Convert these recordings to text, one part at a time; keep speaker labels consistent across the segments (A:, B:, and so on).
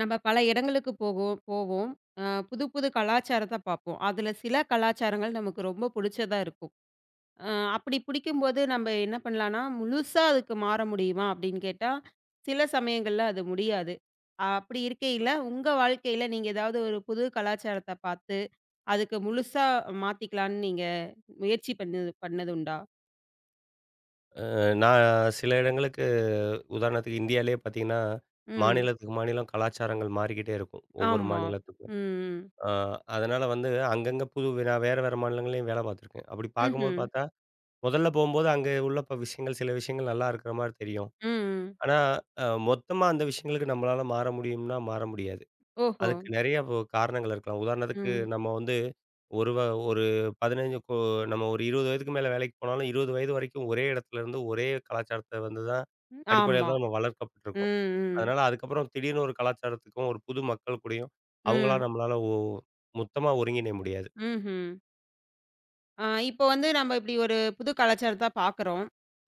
A: நம்ம பல இடங்களுக்கு போகும் போவோம். அ புது புது கலாச்சாரத்த பார்ப்போம். அதுல சில கலாச்சாரங்கள் நமக்கு ரொம்ப புடிச்சதா இருக்கும். அ அப்படி பிடிக்கும்போது நம்ம என்ன பண்ணலான்னா, முழுசா அதுக்கு மாற முடியுமா அப்படின்னு கேட்டா, சில சமயங்கள்ல அது முடியாது. அப்படி இருக்கையில, உங்க வாழ்க்கையில நீங்க ஏதாவது ஒரு புது கலாச்சாரத்த பார்த்து, அதுக்கு முழுசா மாத்திக்கலான்னு நீங்க முயற்சி பண்ணது பண்ணது உண்டா?
B: நான் சில இடங்களுக்கு உதாரணத்துக்கு இந்தியாவிலேயே பார்த்தீங்கன்னா,
A: ம்.
B: மாநிலத்துக்கு மாநிலம் கலாச்சாரங்கள் மாறிக்கிட்டே இருக்கும். ஒவ்வொரு
A: ஆமா.
B: மாநிலத்துக்கும்.
A: ம்.
B: ஆ அதனால வந்து அங்கங்க நான் வேற வேற மாநிலங்கள்லயும் வேலை பார்த்துருக்கேன். அப்படி பார்க்கும்போது
A: ம்ஹ்ம்.
B: பார்த்தா, முதல்ல போம்போது அங்க உள்ள விஷயங்கள் சில விஷயங்கள் நல்லா இருக்கிற மாரி தெரியும்.
A: ம்.
B: ஆனா, மொத்தமா அந்த விஷயங்களுக்கு நம்மளால மாற முடியும்னா மாற முடியாது.
A: ஓஹோ!
B: அதுக்கு நெறைய இப்போ காரணங்கள் இருக்கலாம். உதாரணத்துக்கு
A: ம்.
B: நம்ம வந்து ஒரு வ ஒரு 15 கொ நம்ம ஒரு 20 வயதுக்கு மேல வேலைக்கு போனாலும் 20 வயது வரைக்கும் ஒரே இடத்துல இருந்து ஒரே கலாச்சாரத்த வந்து தான் அடிப்படையில
A: ஆமா.
B: தான் நம்ம
A: ம்.
B: வளர்க்கப்பட்டுருக்கோம்.
A: ம்.
B: அதனால அதுக்கப்புறம் திடீர்னு ஒரு கலாச்சாரத்துக்கும், ஒரு புது மக்கள் கூடயும் அவங்களா
A: ம்.
B: நம்மளால ஒ மொத்தமா ஒருங்கிணைய முடியாது.
A: ம்ஹ்ம். இப்போ வந்து நம்ம இப்படி ஒரு புது கலாச்சாரத்த பார்க்குறோம்.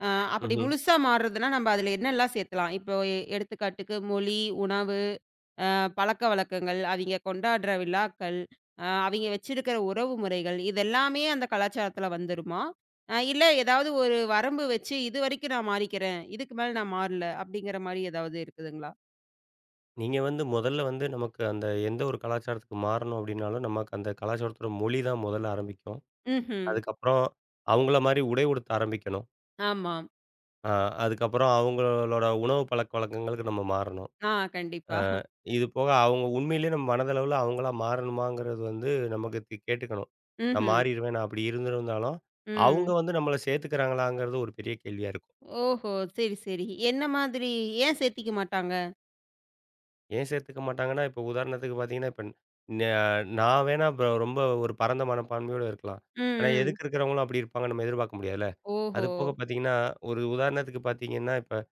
A: அ அப்படி
B: ம்ஹ்ம்.
A: முழுசா மாறுறதுன்னா, நம்ம அதுல என்னல்லாம் சேர்க்கலாம்? இப்போ எடுத்துக்காட்டுக்கு மொழி, உணவு, பழக்கவழக்கங்கள், அவிங்க கொண்டாடுற விழாக்கள், அவிங்க வச்சிருக்கிற உறவு முறைகள், இதெல்லாமே அந்த கலாச்சாரத்துல வந்துருமா? இல்ல ஏதாவது ஒரு வரம்பு வச்சு, "இதுவரைக்கும் நான் மாறிக்கிறேன். இதுக்கு மேல நான் மாறல." அப்படிங்கிற மாரி ஏதாவது இருக்குதுங்களா?
B: நீங்க வந்து முதல்ல வந்து நமக்கு அந்த எந்த ஒரு கலாச்சாரத்துக்கு மாறணும் அப்டின்னாலும், நமக்கு அந்த கலாச்சாரத்தோட மொழி தான் முதல்ல ஆரம்பிக்கும்.
A: ம்ஹ்ம்.
B: அதுக்கப்புறம் அவங்கள மாரி உடை உடுத்த ஆரம்பிக்கணும்.
A: ஆமாம்.
B: ஆ, அதுக்கப்புறம் அவங்களோட உணவு பழக்கவழக்கங்களுக்கு நம்ம மாறணும்.
A: ஆ
B: அ
A: கண்டிப்பா.
B: இது போக அவங்க உண்மையிலேயே நம்ம மனதளவுல அவங்களா மாறணுமாங்கிறது வந்து நமக்கு கேட்டுக்கணும். நான்
A: ம்ஹ்ம்.
B: மாறிருவேன், நான் அப்படி இருந்திருந்தாலும், அவங்க
A: ம்.
B: வந்து நம்மள சேர்த்துக்கிறாங்களாங்கிறது ஒரு பெரிய கேள்வியா இருக்கும்.
A: ஓஹோ! சரி, சரி. என்ன மாதிரி ஏன் சேத்திக்க மாட்டாங்க?
B: ஏன் சேர்த்துக்க மாட்டாங்கன்னா, இப்போ உதாரணத்துக்கு பார்த்தீங்கன்னா, இப்ப ந நான் வேணா இப்ப ரொம்ப ஒரு பரந்த மனப்பான்மையோட இருக்கலாம்.
A: ம்,
B: ஆனா,
A: ம்.
B: எதுக்க இருக்கிறவங்களும் அப்படி இருப்பாங்கன்னு நம்ம எதிர்பார்க்க முடியாதுல்ல.
A: ஓஹோ!
B: அது போக பார்த்தீங்கன்னா, ஒரு உதாரணத்துக்கு பார்த்தீங்கன்னா, இப்ப அ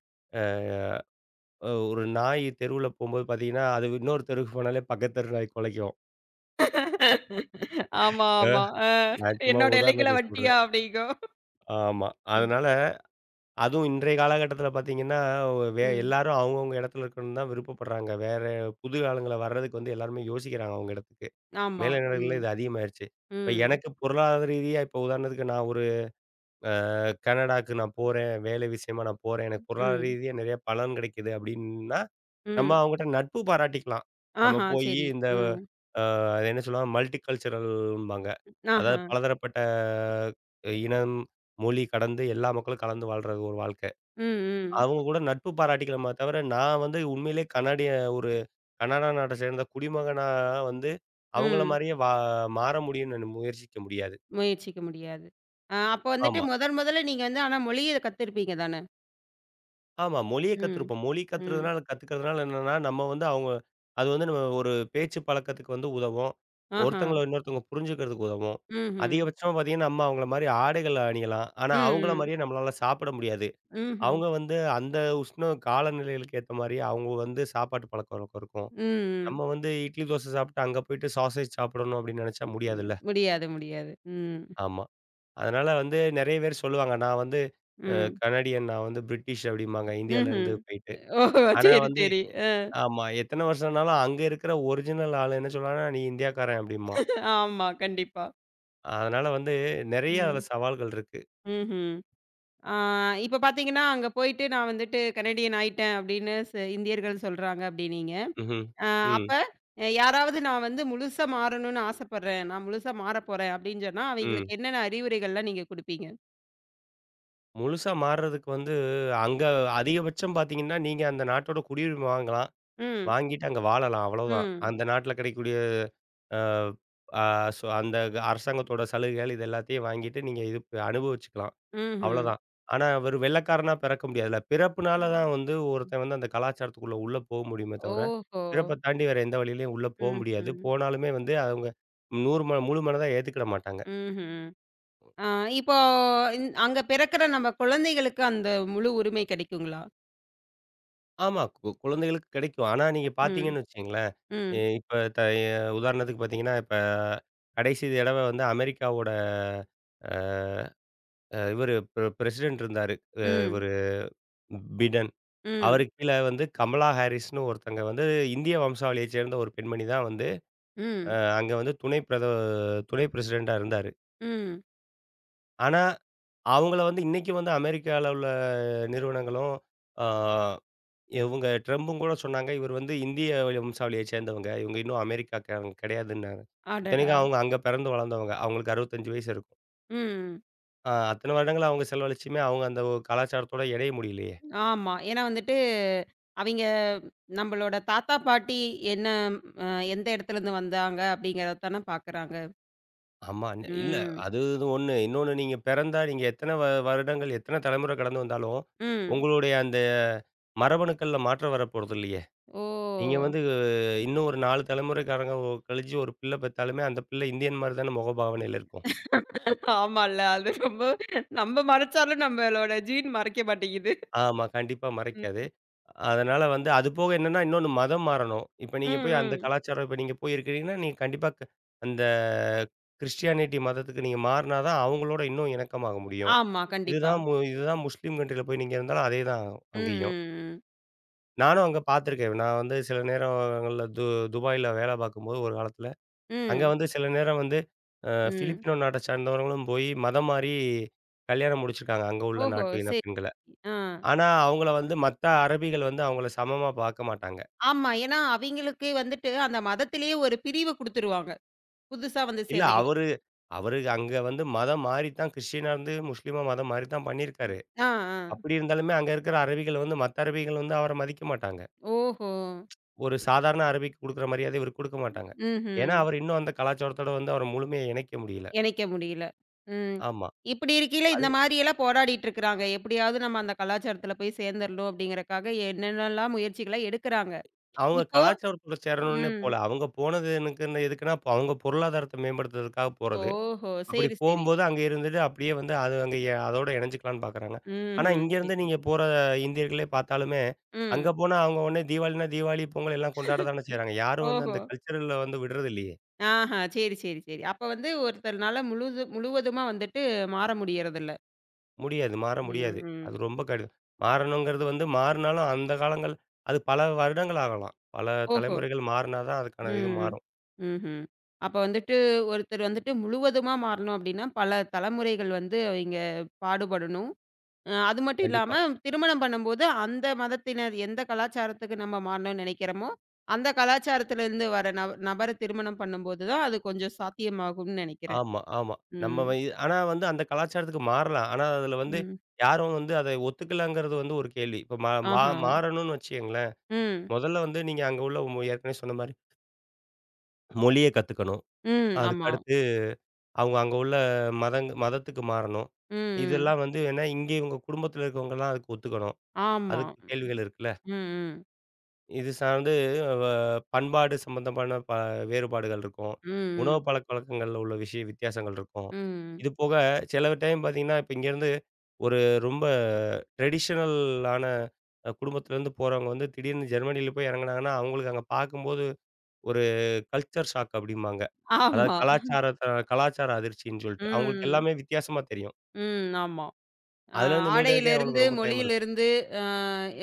B: அ ஒரு நாய் தெருவுல போம்போது பார்த்தீங்கன்னா, அது இன்னொரு தெருவுக்கு போனாலே பக்கத்து தெரு நாய் கொலைக்கும்.
A: ஆமா,
B: ஆ.
A: ஆமா.
B: நான் சும்மா
A: என்னோட எல்லைக்குள்ள
B: உதாரணத்துக்கு
A: வன்ட்டியா
B: சொல்றேன்.
A: அப்படிங்கும்.
B: ஆமா.
A: ம்,
B: அதனால அதுவும் இன்றைய காலகட்டத்தில பார்த்தீங்கன்னா,
A: ம்.
B: எல்லாரும் அவங்கவங்க இடத்துல இருக்கணும்னு தான் விருப்பப்படுறாங்க. வேற புது ஆளுங்கள வர்றதுக்கு வந்து எல்லாருமே யோசிக்கிறாங்க அவங்க இடத்துக்கு.
A: ஆமா.
B: மேலை நாடுகள்ல
A: ம்,
B: இது அதிகமாயிருச்சு. இப்ப
A: ம்,
B: எனக்கு பொருளாதார ரீதியா இப்போ உதாரணத்துக்கு நான் ஒரு கனடாக்கு நான் போறேன். வேலை விஷயமா நான் போறேன். எனக்கு பொருளாதார
A: ம்,
B: ரீதியா நெறைய பலன் கிடைக்குது அப்டின்னா நம்ம
A: ம்.
B: அவங்கட்ட நட்பு பாராட்டிக்கலாம். நம்ம
A: ஆஹா,
B: போயி
A: சரி.
B: இந்த
A: ம்.
B: அ அது என்ன சொல்லுவாங்க? மல்டி கல்ச்சுரல்ம்பாங்க. அதாவது
A: ஆஹா.
B: பலதரப்பட்ட இனம், மொழி கடந்து எல்லா மக்களும் கலந்து வாழ்றது ஒரு வாழ்க்கை.
A: ம், ம்,
B: அவங்க கூட நட்பு பாராட்டிக்கலாமே தவிர, நான் வந்து உண்மையிலே கனடிய ஒரு கனடா நாட்ட சேர்ந்த குடிமகனா வந்து அவங்கள
A: ம்.
B: மாரியே வா மாற முடியும்னு நான் முயற்சிக்க முடியாது.
A: முயற்சிக்க முடியாது. அப்போ வந்துட்டு
B: ஆமா.
A: முதன் முதல்ல நீங்க வந்து ஆனா மொழிய கத்துருப்பீங்க தானே?
B: ஆமா. மொழிய
A: ம்,
B: கத்துருப்போம். மொழி
A: ம்.
B: கத்துறதுனால கத்துக்கிறதுனால என்னன்னா, நம்ம வந்து அவங்க அது வந்து நம்ம ஒரு பேச்சு பழக்கத்துக்கு வந்து உதவும்.
A: ஆஹா.
B: ஒருத்தங்கள இன்னொருத்தவங்க புரிஞ்சுக்கிறதுக்கு உதவும்.
A: ம்ஹ்ம்.
B: அதிகபட்சமா பார்த்தீங்கன்னா, நம்ம அவங்கள மாரி ஆடைகள் அணியலாம். ஆனா,
A: ம்,
B: அவங்கள
A: ம்.
B: மாரியே நம்மளால சாப்பிட முடியாது.
A: ம்ஹ்ம்.
B: அவங்க வந்து அந்த உஷ்ண காலநிலைகளுக்கு ஏத்த மாரி அவங்க வந்து சாப்பாட்டு பழக்கவழக்கம் இருக்கும்.
A: ம், ம்.
B: நம்ம வந்து இட்லி, தோசை சாப்பிட்டு அங்க போயிட்டு சாசேஜ் சாப்பிடணும் அப்படின்னு நெனைச்சா
A: ம்.
B: முடியாதுல்ல.
A: முடியாது, முடியாது. ம்.
B: ஆமா. அதனால வந்து நெறைய பேர் சொல்லுவாங்க. நான் வந்து அ
A: ம்.
B: கனடியன், நான் வந்து பிரிட்டிஷ் அப்படிம்பாங்க. இந்தியால
A: ம்ஹ்ம்.
B: இருந்து போயிட்டு.
A: ஓஹோ!
B: ஆனா
A: சரி,
B: வந்து
A: சரி. அ
B: ஆமா. எத்தன வருஷம்னாலும் அங்க இருக்கிற ஒரிஜினல் ஆளு என்ன சொல்லுவான்னா, "நீ இந்தியாக்காரன்" அப்படிம்பான்.
A: ஆமா, கண்டிப்பா.
B: அதனால வந்து நெறைய அதுல
A: ம்.
B: சவால்கள் இருக்கு.
A: ம்ஹ்ம். ஆ இப்ப பார்த்தீங்கன்னா, அங்க போயிட்டு நான் வந்துட்டு கனடியன் ஆயிட்டேன் அப்படின்னு இந்தியர்கள் சொல்றாங்க அப்படின்னீங்க.
B: ம்ஹ்ம்.
A: அ
B: ம்.
A: அப்ப யாராவது நான் வந்து முழுசா மாறணும்னு ஆசைப்படுறேன், நான் முழுசா மாறப்போறேன் அப்படின்னு சொன்னா,
B: ம்.
A: அவங்களுக்கு என்னென்ன அறிவுரைகள்லாம் நீங்க குடுப்பீங்க?
B: முழுசா மாறுறதுக்கு வந்து அங்க அதிகபட்சம் பார்த்தீங்கன்னா, நீங்க அந்த நாட்டோட குடியுரிமை வாங்கலாம்.
A: ம்.
B: வாங்கிட்டு அங்க வாழலாம் அவ்வளவுதான்.
A: ம்.
B: அந்த நாட்ல கிடைக்கக்கூடிய அ, அ, சோ அந்த அரசாங்கத்தோட சலுகைகள் இது எல்லாத்தையும் வாங்கிட்டு நீங்க இது அனுபவிச்சுக்கலாம்.
A: ம்ஹ்ம்.
B: அவ்வளோதான். ஆனா, ஒரு வெள்ளைக்காரனா பிறக்க முடியாதுல்ல. பிறப்புனால தான்
A: ம்.
B: வந்து ஒருத்தன் வந்து அந்த கலாச்சாரத்துக்குள்ள உள்ள போக முடியுமே தவிர,
A: ஓஹோ!
B: பிறப்ப தாண்டி வேற எந்த வழியிலயும் உள்ள போ முடியாது.
A: ம்ஹ்ம்.
B: போனாலுமே வந்து அவங்க 100 முழு மனதா ஏத்துக்கிட மாட்டாங்க.
A: ம்ஹ்ம். ஆ இப்போ அங்க பிறக்கிற நம்ம குழந்தைகளுக்கு அந்த முழு உரிமை கிடைக்குங்களா?
B: ஆமா, குழந்தைகளுக்கு கிடைக்கும். ஆனா, நீங்க
A: ம்.
B: பார்த்தீங்கன்னு வச்சுக்கங்களேன், எ
A: ம்.
B: இப்ப த எ உதாரணத்துக்கு பார்த்தீங்கன்னா, இப்ப கடைசி தடவ வந்து அமெரிக்காவோட அ அ இவரு பிரசிடென்ட் இருந்தாரு.
A: ம்.
B: இவரு பிடன்.
A: ம்.
B: அவருக்கு கீழ வந்து கமலா ஹாரிஸ்ன்னு ஒருத்தங்க வந்து இந்திய வம்சாவளியைச் சேர்ந்த ஒரு பெண்மணி தான் வந்து
A: ம்.
B: அங்க வந்து துணை பிரசிடென்ட்டா இருந்தாரு.
A: ம்.
B: ஆனா, அவங்கள வந்து இன்னைக்கு வந்து அமெரிக்கால உள்ள நிறுவனங்களும், ஆ இவங்க ட்ரம்பும் கூட சொன்னாங்க. இவர் வந்து இந்திய வம்சாவளிய சேர்ந்தவங்க. இவங்க இன்னும் அமெரிக்காக்காரங்க கிடையாதுன்னாங்க.
A: அடடா!
B: இத்தனைக்கும் அவங்க அங்க பிறந்து வளர்ந்தவங்க. அவங்களுக்கு 65 வயசு இருக்கும்.
A: ம்.
B: அத்தன வருடங்கள் அவங்க செலவழிச்சுமே அவங்க அந்த கலாச்சாரத்தோட இணைய முடியலையே.
A: ஆமா. ஏன்னா வந்துட்டு, அவிங்க நம்பளோட தாத்தா, பாட்டி என்ன அ எந்த இடத்துலருந்து வந்தாங்க அப்படிங்கிறத தானே பார்க்குறாங்க.
B: ஆமா. இல்ல
A: ம்.
B: அது இது ஒண்ணு. இன்னொன்னு நீங்க பிறந்தா நீங்க எத்தன வருடங்கள், எத்தன தலைமுறை கடந்து வந்தாலும்,
A: ம்.
B: உங்களுடைய அந்த மரபணுக்கள்ல மாற்றம் வரப்போறதில்லையே!
A: ஓ!
B: நீங்க வந்து இன்னும் ஒரு 4 தலைமுறைக்காரங்க கழிச்சு ஒரு பிள்ளை பெத்தாலுமே, அந்த பிள்ளை இந்தியன் மாரி தான முகபாவனையில இருக்கும்.
A: ஆமால்ல. அது ரொம்ப நம்ம மறைச்சாலும் நம்மளோட ஜீன் மறைக்க மாட்டேங்குது.
B: ஆமா. கண்டிப்பா மறைக்காது.
A: ம்.
B: அதனால வந்து அது போக என்னன்னா, இன்னொன்னு மதம் மாறணும்.
A: ம். ம்.
B: இப்ப நீங்க போய் இருக்கிறீங்கன்னா, நீங்க கண்டிப்பா அந்த கிறிஸ்டியானிட்டி மதத்துக்கு நீங்க மாறுனா தான் அவங்களோட இன்னும் இணக்கமாக முடியும்.
A: ஆமா. கண்டிப்பா.
B: இதுதான் முஸ்லீம் கன்ட்ரில போய் நீங்க இருந்தாலும் அதே தான்
A: ம்.
B: அங்கேயும்.
A: ம்.
B: நானும் அங்க பார்த்துருக்கேன். நான் வந்து சில நேரங்கள்ல துபாயில வேலை பார்க்கும்போது ஒரு காலத்தில, அங்க
A: ம்.
B: வந்து சில நேரம் வந்து
A: ம். ம்.
B: பிலிப்பினோ நாட்டை சார்ந்தவர்களும் போய் மதம் மாறி கல்யாணம் முடிச்சிருக்காங்க அங்க உள்ள
A: ஓஹோ!
B: நாட்டு இன
A: சரி.
B: பெண்கள.
A: ஆ.
B: ஆனா அவங்கள வந்து மத்த அரபிகள் வந்து அவங்கள சமமா பார்க்க மாட்டாங்க.
A: ஆமா. ஏன்னா, அவிங்களுக்கு வந்துட்டு அந்த மதத்திலேயே ஒரு பிரிவு குடுத்துருவாங்க. புதுசா வந்து
B: இல்ல
A: சேர்ந்தவைங்களுக்கு.
B: அவரு அவரு அங்க வந்து மதம் மாறி தான் கிறிஸ்டியனா இருந்து முஸ்லீமா மதம் மாறி தான் பண்ணியிருக்காரு.
A: ஆ, ஆ.
B: அப்படி இருந்தாலுமே அங்க இருக்கிற அரபிகள் வந்து மத்த அரபிகள் வந்து அவர மதிக்க மாட்டாங்க.
A: ஓஹோ!
B: ஒரு சாதாரண அரபிக்கு குடுக்குற மரியாதைய இவருக்கு குடுக்க மாட்டாங்க. ஏன்னா
A: ம்ஹ்ம்.
B: அவர் இன்னும் அந்த கலாச்சாரத்தோட வந்து அவர முழுமையா இணைக்க முடியல.
A: இணைக்க முடியல. ம்.
B: ஆமா.
A: இப்படி இருக்கையில
B: அது
A: இந்த மாரியெல்லாம் போராடிட்டு இருக்கிறாங்க. எப்படியாவது நம்ம அந்த கலாச்சாரத்தில போய் சேர்ந்துரணும் அப்படிங்கிறக்காக என்னென்னலாம் முயற்சிகள எடுக்குறாங்க.
B: அவங்க
A: இப்போ
B: கலாச்சாரத்தோட சேரணும்னே போல.
A: ம்.
B: அவங்க போனது எனக்குன்னு எதுக்குன்னா, இப்போ அவங்க பொருளாதாரத்த மேம்படுத்துறதுக்காக போறது.
A: ஓஹோ!
B: அப்படி
A: சரி, சரி.
B: போம்போது அங்க இருந்துட்டு அப்படியே வந்து அது அங்க அதோட இணைஞ்சுக்கலான்னு பார்க்குறாங்க. ஆனா
A: ம்ஹ்ம். சரி,
B: இங்கேருந்து
A: சரி.
B: நீங்க போற இந்தியர்களே பார்த்தாலுமே, அங்க
A: ம்.
B: போனா அவங்க உடனே தீபாவளினா தீபாவளி, பொங்கல் எல்லாம் கொண்டாட தானே செய்றாங்க. யாரும் வந்து
A: ஓஹோ!
B: அந்த கல்ச்சரல்ல வந்து விடுறது இல்லையே!
A: ஆஹா. சரி, சரி, சரி. அப்ப வந்து ஒருத்தர்னால முழுது முழுவதுமா வந்துட்டு மாற முடியறதில்ல.
B: முடியாது, மாற முடியாது.
A: ம்,
B: அது
A: ம்.
B: ரொம்ப கடினம். மாறணுங்கிறது வந்து மாறுனாலும் அந்த காலங்கள் அது பல வருடங்கள் ஆகலாம். பல
A: ஓஹோ!
B: தலைமுறைகள் மாறினா தான் அதுக்கான இது
A: ம்.
B: மாறும்.
A: ம்ஹ்ம். அப்ப வந்துட்டு ஒருத்தர் வந்துட்டு முழுவதுமா மாறணும் அப்டின்னா, பல தலைமுறைகள் வந்து அவிங்க பாடுபடணும். அது மட்டும் இல்லாம,
B: கண்டிப்பா.
A: திருமணம் பண்ணும்போது அந்த மதத்தினர் எந்த கலாச்சாரத்துக்கு நம்ம மாறணும்னு நெனைக்கிறோமோ, அந்த கலாச்சாரத்திலருந்து வர நபர திருமணம் பண்ணும்போது தான் அது கொஞ்சம் சாத்தியமாகும்னு நெனைக்கிறேன்.
B: ஆமா, ஆமா. நம்ம
A: ம்.
B: வ ஆனா வந்து அந்த கலாச்சாரத்துக்கு மாறலாம். ஆனா அதுல வந்து
A: ம்.
B: யாரும் வந்து அத ஒத்துக்கலங்கிறது வந்து ஒரு கேள்வி. இப்ப மா வா
A: ஆஹா.
B: மாறணும்னு வச்சுக்கங்களேன்
A: ம்.
B: முதல்ல வந்து நீங்க அங்க உள்ள ஏற்கனவே சொன்ன மாரி மொழிய கத்துக்கணும்.
A: ம்.
B: அதுக்கு
A: ஆமா.
B: அடுத்து அவங்க அங்க உள்ள மதத்துக்கு மாறணும்.
A: ம். ம்.
B: இதெல்லாம் வந்து ஏன்னா இங்கே இவங்க குடும்பத்தில இருக்கவங்கலாம் அதுக்கு ஒத்துக்கணும்.
A: ஆமா.
B: அதுக்கு கேள்விகள் இருக்குல்ல.
A: ம். ம்.
B: இது சார்ந்து வ பண்பாடு சம்பந்தமான வேறுபாடுகள் இருக்கும்.
A: ம்.
B: உணவு
A: ம்.
B: பழக்கவழக்கங்கள்ல உள்ள விஷய வித்தியாசங்கள் இருக்கும்.
A: ம்.
B: இது போக சில டைம் பார்த்தீங்கன்னா, இப்ப இங்கேருந்து ஒரு ரொம்ப ட்ரெடிஷனல் ஆன குடும்பத்திலேருந்து போறவங்க வந்து திடீர்னு ஜெர்மனியில போய் இறங்குனாங்கன்னா, அவங்களுக்கு அங்க பார்க்கும்போது ஒரு கல்ச்சர் ஷாக் அப்படிம்பாங்க. அதாவது
A: ஆமா.
B: கலாச்சாரத்த கலாச்சார அதிர்ச்சின்னு சொல்லிட்டு. அவங்களுக்கு
A: ம்.
B: எல்லாமே வித்தியாசமா தெரியும்.
A: ம். ஆமா. அ
B: அதுலேருந்து மீள்றதுக்கே
A: ஆடையிலிருந்து,
B: அவங்களுக்கு ரொம்ப டைம் எடுக்கும்.
A: மொழியிலிருந்து, அ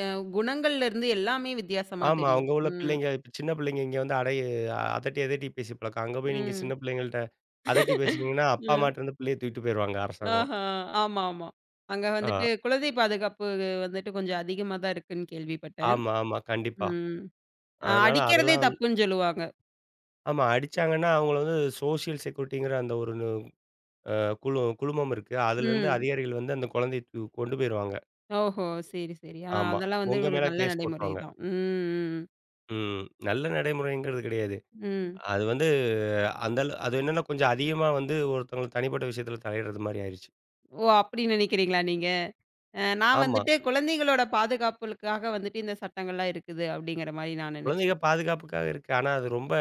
A: அ குணங்கள்லருந்து எல்லாமே வித்தியாசமா
B: ஆமா.
A: தெரியும்.
B: அங்க உள்ள
A: ம்,
B: பிள்ளைங்க இப்ப சின்ன பிள்ளைங்க இங்க வந்து அடைய அதட்டி, அதட்டி பேசி பழக்கம். அங்க போய் நீங்க
A: ம்.
B: சின்ன பிள்ளைங்கள்ட்ட அதட்டி பேசுனீங்கன்னா, அப்பா
A: ம்.
B: அம்மாட்டருந்து பிள்ளைய தூக்கிட்டு போயிருவாங்க அரசாங்கம்.
A: ஆஹா! ஆமா, ஆமா. அங்க
B: ஆ.
A: வந்துட்டு குழந்தை பாதுகாப்பு வந்துட்டு கொஞ்சம் அதிகமா தான் இருக்குன்னு கேள்விப்பட்டேன்.
B: ஆமா, ஆமா. கண்டிப்பா.
A: ம்.
B: அதனால
A: அடிக்கிறதே
B: அதெல்லாம் வந்
A: தப்புன்னு சொல்லுவாங்க.
B: ஆமா. அடிச்சாங்கன்னா அவங்கள வந்து சோஷியல் செக்யூரிட்டிங்கிற அந்த ஒரு நு அ குழு குழுமம் இருக்கு. அதுலேருந்து
A: ம்.
B: அதிகாரிகள் வந்து அந்த குழந்தைய கொண்டு போயிருவாங்க.
A: ஓஹோ! சரி, சரி. ஆனா
B: ஆமா.
A: அதெல்லாம் வந்து
B: உங்க
A: ஒரு
B: மேல
A: நல்ல
B: கேஸ்
A: நடைமுறை
B: போட்டுருவாங்க.
A: தான். ம், ம்.
B: ம். நல்ல நடைமுறைங்கிறது கிடையாது.
A: ம்.
B: அது வந்து அந்த அள அது என்னன்னா கொஞ்சம் அதிகமா வந்து ஒருத்தவங்க தனிப்பட்ட விஷயத்தில தலையிடுறது மாரி ஆயிருச்சு.
A: ஓ! அப்படி நினைக்கிறீங்களா நீங்க? நான்
B: ஆமா.
A: வந்துட்டு குழந்தைகளோட பாதுகாப்புகளுக்காக வந்துட்டு இந்த சட்டங்கள்லாம் இருக்குது அப்படிங்கிற மாரி நான்
B: குழந்தைக
A: நினைச்சேன்.
B: பாதுகாப்புக்காக இருக்கு. ஆனா அது ரொம்ப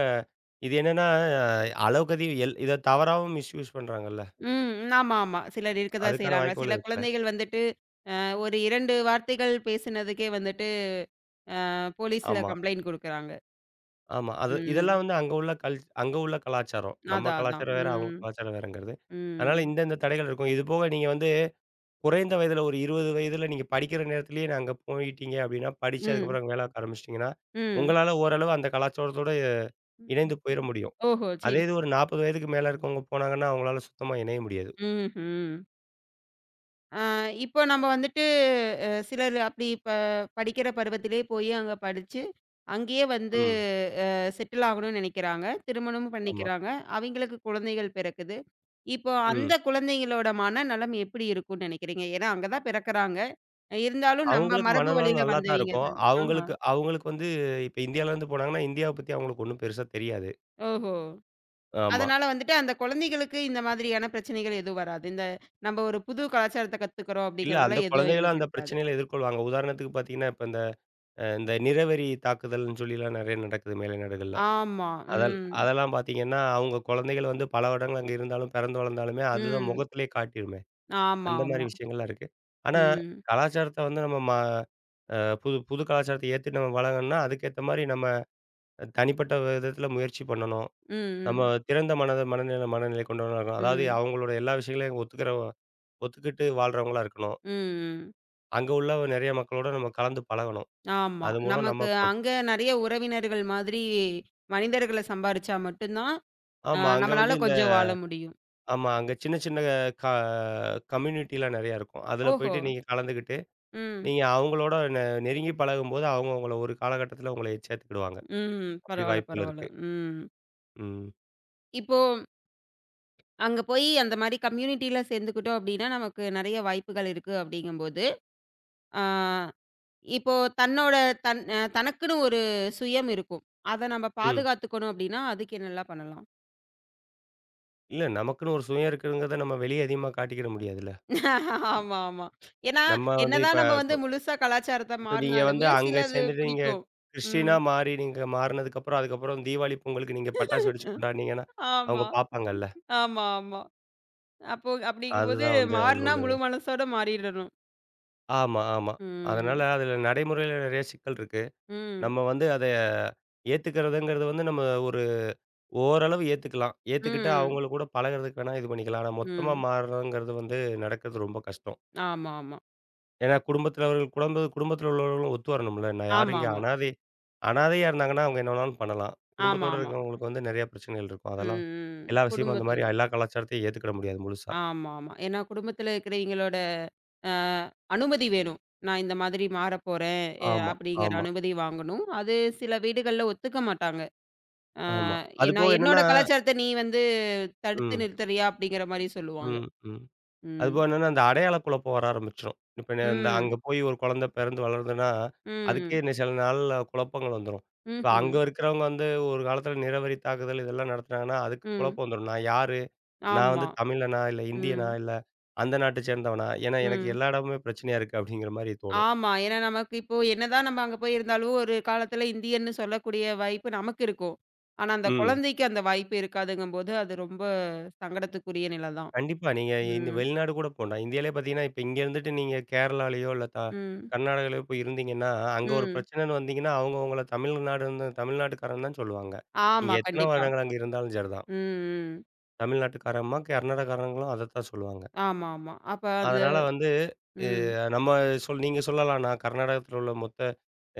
B: இது என்னன்னா அளவுக்கு அதிகம் இத தவறாவும் மிஸ்யூஸ் பண்றாங்கல்ல.
A: ம். ஆமா, ஆமா. சிலர் இருக்கதான்
B: அதுக்கான
A: செய்றாங்க.
B: வாய்ப்புகள்
A: சில
B: இருக்குல்ல.
A: குழந்தைகள் வந்துட்டு, ஒரு 2 வார்த்தைகள் பேசினதுக்கே வந்துட்டு, போலீஸ்ல
B: ஆமா,
A: கம்ப்ளைண்ட் குடுக்குறாங்க.
B: ஆமா. அது இதெல்லாம்
A: ம்.
B: வந்து அங்க உள்ள அங்க உள்ள கலாச்சாரம். நம்ம
A: அதான், அதான்.
B: கலாச்சாரம் வேற, அவங்க
A: ம்.
B: கலாச்சாரம் வேறங்கிறது.
A: ம்.
B: அதனால இந்த இந்த தடைகள் இருக்கும். இது போக நீங்க வந்து குறைந்த வயதில ஒரு 20 வயதில நீங்க படிக்கிற நேரத்திலேயே நான் அங்க போயிட்டீங்க அப்படின்னா, படிச்சு
A: ம்.
B: அதுக்கப்புறம் அங்க வேல ஆரம்பிச்சுட்டீங்கன்னா,
A: ம்.
B: உங்களால ஓரளவு அந்த கலாச்சாரத்தோட இணைந்து போயிற முடியும்.
A: ஓஹோ!
B: அதே
A: சரி.
B: இது ஒரு 40 வயதுக்கு மேல இருக்கவங்க போனாங்கன்னா, அவங்களால சுத்தமா இணைய முடியாது.
A: ம்ஹ்ம். ஆ இப்போ நம்ம வந்துட்டு சிலர் அப்படி படிக்கிற பருவத்திலேயே போய் அங்க படிச்சு, அங்கேயே வந்து
B: ம்.
A: அ செட்டில் ஆகணும்னு நினைக்கிறாங்க. திருமணமும்
B: ஆமா.
A: பண்ணிக்கிறாங்க. அவைங்களுக்கு குழந்தைகள் பிறக்குது. இப்போ
B: ம்.
A: அந்த குழந்தைங்களோட மனநலம் எப்படி இருக்கும்னு நினைக்கிறீங்க? ஏன்னா அங்க தான் பிறக்குறாங்க. இருந்தாலும் நம்ம
B: அவங்களுக்கு
A: மரபு
B: மனநலம்
A: வழியில
B: நல்லா தான்
A: வந்தவைங்க
B: இருக்கும்.
A: தான். ஆஹா.
B: அவங்களுக்கு அவங்களுக்கு வந்து இப்ப இந்தியாவிலேருந்து போனாங்கன்னா, இந்தியாவ பத்தி அவங்களுக்கு ஒண்ணும் பெருசா தெரியாது.
A: ஓஹோ!
B: ஆமா.
A: அதனால வந்துட்டு அந்த குழந்தைகளுக்கு இந்த மாதிரியான பிரச்சனைகள் எதுவும் வராது. இந்த நம்ம ஒரு புது கலாச்சாரத்த கத்துக்கிறோம்
B: இல்ல அந்த
A: அப்படிங்கிறதுல எதுவும்
B: குழந்தைகளும்
A: அவைங்களுக்கு
B: அந்த
A: இருக்காது.
B: பிரச்சனைகள எதிர்கொள்வாங்க. உதாரணத்துக்கு பார்த்தீங்கன்னா, இப்ப இந்த அ இந்த நிறவெறி தாக்குதல்ன்னு சொல்லிலாம் நெறைய நடக்குது மேலை நாடுகள்ல.
A: ஆமா.
B: அதல்
A: ம்.
B: அதெல்லாம் பார்த்தீங்கன்னா, அவங்க குழந்தைகள் வந்து பல வருடங்கள் அங்க இருந்தாலும், பிறந்து வளர்ந்தாலுமே, அதுதான்
A: ம்.
B: முகத்திலே காட்டிருமே.
A: ஆமா,
B: அந்த மாரி
A: ஆமா.
B: விஷயங்கள்லாம் இருக்கு. ஆனா,
A: ம்.
B: கலாச்சாரத்த வந்து நம்ம ம அ புது புது கலாச்சாரத்த ஏத்துட்டு நம்ம பழகணும்னா, அதுக்கேத்த மாரி நம்ம தனிப்பட்ட விதத்தில முயற்சி பண்ணணும். நம்ம
A: ம்,
B: திறந்த மனத மனநிலை மனநிலை கொண்டவங்களா இருக்கணும்.
A: ம்,
B: அதாவது
A: ம்,
B: அவங்களோட எல்லா விஷயங்களையும் ஒத்துக்கிட்டு வாழ்றவங்களா இருக்கணும்.
A: ம்.
B: அங்க உள்ள நெறைய மக்களோட நம்ம கலந்து பழகணும்.
A: ஆமா.
B: அது மூலம்
A: நமக்கு
B: நம்ம ப்
A: அங்க நெறைய உறவினர்கள் மாதிரி மனிதர்கள சம்பாரிச்சா மட்டும் தான்,
B: ஆமா. அங்க வந்து
A: நம்மனால கொஞ்சம் வாழ முடியும்.
B: ஆமா. அங்க சின்ன சின்ன க கம்யூனிட்டிலாம் நெறையா இருக்கும். அதுல
A: ஓஹோ!
B: போயிட்டு நீங்க கலந்துக்கிட்டு,
A: ம்,
B: நீங்க அவங்களோட நெருங்கி பழகும்போது, அவங்க உங்கள ஒரு காலகட்டத்தில உங்கள சேர்த்துக்கிடுவாங்க.
A: ம்.
B: அப்படி
A: பரவால்ல,
B: வாய்ப்புகள்
A: பரவால்ல.
B: இருக்கு.
A: ம்.
B: ம்.
A: இப்போ அங்க போய் அந்த மாரி கம்யூனிட்டில சேர்ந்துக்கிட்டோம் அப்டின்னா, நமக்கு நெறைய வாய்ப்புகள் இருக்கு அப்டிங்கும்போது, ஆ இப்போ தன்னோட தன் அ தனக்குன்னு ஒரு சுயம் இருக்கும். அத நம்ம
B: ம்.
A: பாதுகாத்துக்கணும் அப்டின்னா, அதுக்கு என்னலாம் பண்ணலாம்?
B: இல்ல நமக்குன்னு ஒரு சுயம் இருக்குங்கிறத நம்ம வெளிய அதிகமா காட்டிக்கிட முடியாதுல்ல.
A: ஆமா, ஆமா. ஏன்னா,
B: நம்ம வந்து இப்ப
A: என்னதான் நம்ம வந்து
B: இப்ப
A: முழுசா கலாச்சாரத்த
B: இப்ப நீங்க வந்து
A: மாறுனாலுமே,
B: அங்க
A: சிலது
B: சேர்ந்துட்டு நீங்க
A: பிடிக்கும்.
B: கிறிஸ்டினா
A: ம்.
B: மாறி நீங்க மாறுனதுக்கப்புறம், அதுக்கப்புறம் தீபாவளி, பொங்கலுக்கு நீங்க பட்டாசு வெடிச்சு கொண்டாடுனீங்கன்னா,
A: ஆமா,
B: அவங்க பார்ப்பாங்கல்ல.
A: ஆமா, ஆமா. அப்போ அப்படிங்கும்போது
B: அதுதான் வந்து அதுல
A: மாறுனா
B: உள்ள
A: முழு மனசோட மாறிடணும்.
B: ஆமா, ஆமா. அதனால
A: ம்,
B: அதுல நடைமுறையில நெறைய சிக்கல் இருக்கு.
A: ம்,
B: நம்ம வந்து அத ஏத்துக்கிறதுங்கிறது வந்து நம்ம ஒரு ஓரளவு ஏத்துக்கலாம். ஏத்துக்கிட்டு
A: ம்,
B: அவங்கள கூட பழகுறதுக்கு வேணா இது பண்ணிக்கலாம். ஆனா மொத்தமா
A: ம்.
B: மாறுறதுங்கிறது வந்து நடக்கிறது ரொம்ப கஷ்டம்.
A: ஆமா, ஆமா.
B: ஏன்னா குடும்பத்தில உள்ளவர்களும் ஒத்து வரணும்ல. நான் யாரும் இங்க
A: ஆமாமா,
B: அனாதை அனாதையா இருந்தாங்கன்னா, அவங்க என்ன வேணாலும் பண்ணலாம். குடும்பத்தோட
A: ஆமாமா.
B: இருக்கிறவங்களுக்கு வந்து நெறைய பிரச்சனைகள் இருக்கும்.
A: ம், ம்.
B: எல்லா விஷயமும் அந்த மாரி
A: குடும்பத்துக்கும்
B: எல்லா கலாச்சாரத்தையும் ஏத்துக்கிட முடியாது முழுசா.
A: ஆமாமா. ஏன்னா குடும்பத்தில இருக்கிறவைங்களோட அ அனுமதி வேணும். நான் இந்த மாதிரி மாறப்போறேன்,
B: ஆமா,
A: அப்படிங்கிற
B: ஆமா,
A: அனுமதி வாங்கணும். அது சில வீடுகள்ல ஒத்துக்க மாட்டாங்க. ஆ
B: ஆமா. அது
A: ஏன்னா,
B: போக
A: என்னோட
B: என்னன்னா
A: கலாச்சாரத்த நீ வந்து தடுத்து
B: ம்,
A: நிறுத்துறியா? அப்படிங்கிற மாரி சொல்லுவாங்க.
B: ம், ம்.
A: ம்.
B: அதுபோக என்னன்னா, அந்த அடையாள குழப்பம் வர ஆரம்பிச்சுரும். இப்ப ந இந்த அங்க
A: ம்.
B: போய் ஒரு குழந்தை பிறந்து வளருதுன்னா, அதுக்கே
A: ம்.
B: சில நாள்ல குழப்பங்கள் வந்துரும். இப்ப அங்க
A: ம்ஹ்ம்.
B: இருக்கிறவங்க வந்து ஒரு காலத்துல நிறவெறி தாக்குதல் இதெல்லாம் நடத்துனாங்கன்னா, அதுக்கு
A: ம்.
B: குழப்பம் வந்துரும். நான் யாரு? நான்
A: ஆமா.
B: வந்து தமிழனா? இல்ல
A: ம்.
B: இந்தியனா? இல்ல அந்த நாட்டை சேர்ந்தவனா? ஏன்னா எனக்கு
A: ம்.
B: எல்லா இடமுமே பிரச்சனையா இருக்கு அப்படிங்கிற மாரி தோணும்.
A: ஆமா. ஏன்னா நமக்கு இப்போ என்னதான் நம்ம அங்க போய் இருந்தாலும், ஒரு காலத்துல இந்தியன்னு சொல்லக்கூடிய வாய்ப்பு நமக்கு இருக்கும். ஆனா, அந்த
B: ம்.
A: குழந்தைக்கு அந்த வாய்ப்பு இருக்காதுங்கும்போது, அது ரொம்ப சங்கடத்துக்குரிய நிலை தான்.
B: கண்டிப்பா. நீங்க இந்த
A: ம்.
B: வெளிநாடு கூட போண்டாம். இந்தியாலயே பார்த்தீங்கன்னா, இப்ப இங்க இருந்துட்டு நீங்க கேரளாலயோ, இல்ல
A: ம்.
B: கர்நாடகாலயோ போய் இருந்தீங்கன்னா, அங்க ஒரு
A: ம்.
B: பிரச்சனைன்னு வந்தீங்கன்னா, அவங்க உங்கள தமிழ்நாடுன்னு தமிழ்நாட்டுக்காரன் தான் சொல்லுவாங்க. நீங்க
A: ஆமா.
B: எத்தன
A: கண்டிப்பா.
B: வருடங்கள் அங்க இருந்தாலும் சரிதான்.
A: ம். ம்.
B: தமிழ்நாட்டுக்காரம்மா, கர்நாடகாரங்களும் அதத்தான் சொல்லுவாங்க.
A: ஆமாமா. அப்ப அந்த
B: அதனால வந்து
A: ம்.
B: அ நம்ம சொல் நீங்க சொல்லலாம், நான் கர்நாடகத்தில உள்ள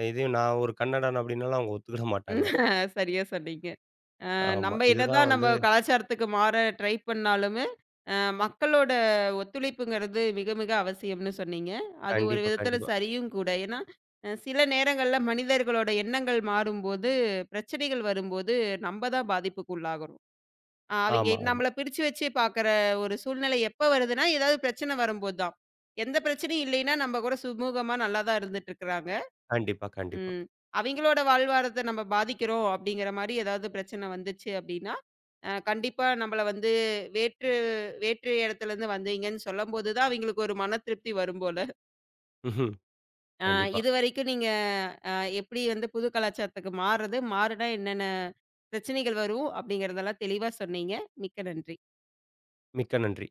B: இதையும் நான் ஒரு கன்னடன் அப்டின்னாலும் அவங்க ஒத்துக்கிட மாட்டாங்க.
A: சரியா சொன்னீங்க.
B: ஆமா.
A: நம்ம
B: இதுதான்
A: என்னதான் நம்ம
B: வந்து
A: கலாச்சாரத்துக்கு மாற ட்ரை பண்ணாலுமே, அ மக்களோட ஒத்துழைப்புங்கிறது மிக மிக அவசியம்னு சொன்னீங்க. அது ஒரு
B: கண்டிப்பா,
A: விதத்தில
B: கண்டிப்பா.
A: சரியும் கூட. ஏன்னா, சில நேரங்கள்ல மனிதர்களோட எண்ணங்கள் மாறும்போது, பிரச்சனைகள் வரும்போது நம்ம தான் பாதிப்புக்கு உள்ளாகுறோம். அவிங்க
B: ஆமா, ஆமா.
A: நம்மள பிரிச்சு வச்சு பார்க்குற ஒரு சூழ்நிலை எப்ப வருதுன்னா, ஏதாவது பிரச்சனை வரும்போது தான். எந்த பிரச்சனையும் இல்லைன்னா, நம்ம கூட சுமூகமா நல்லா தான் இருந்துட்டு இருக்கிறாங்க.
B: கண்டிப்பா, கண்டிப்பா.
A: ம். அவிங்களோட வாழ்வாரத்த நம்ம பாதிக்கிறோம் அப்படிங்கிற மாரி ஏதாவது பிரச்சனை வந்துச்சு அப்படின்னா, கண்டிப்பா நம்மள வந்து வேற்று வேற்று இடத்துலருந்து வந்தீங்கன்னு சொல்லும்போது தான் அவிங்களுக்கு ஒரு மன திருப்தி வரும் போல.
B: ம்ஹ்ம்.
A: அ
B: கண்டிப்பா.
A: இதுவரைக்கும் நீங்க அ எப்படி வந்து புது கலாச்சாரத்துக்கு மாறுறது, மாறுனா என்னென்ன பிரச்சனைகள் வரும் அப்படிங்கிறதெல்லாம் தெளிவா சொன்னீங்க. மிக்க நன்றி.
B: மிக்க நன்றி.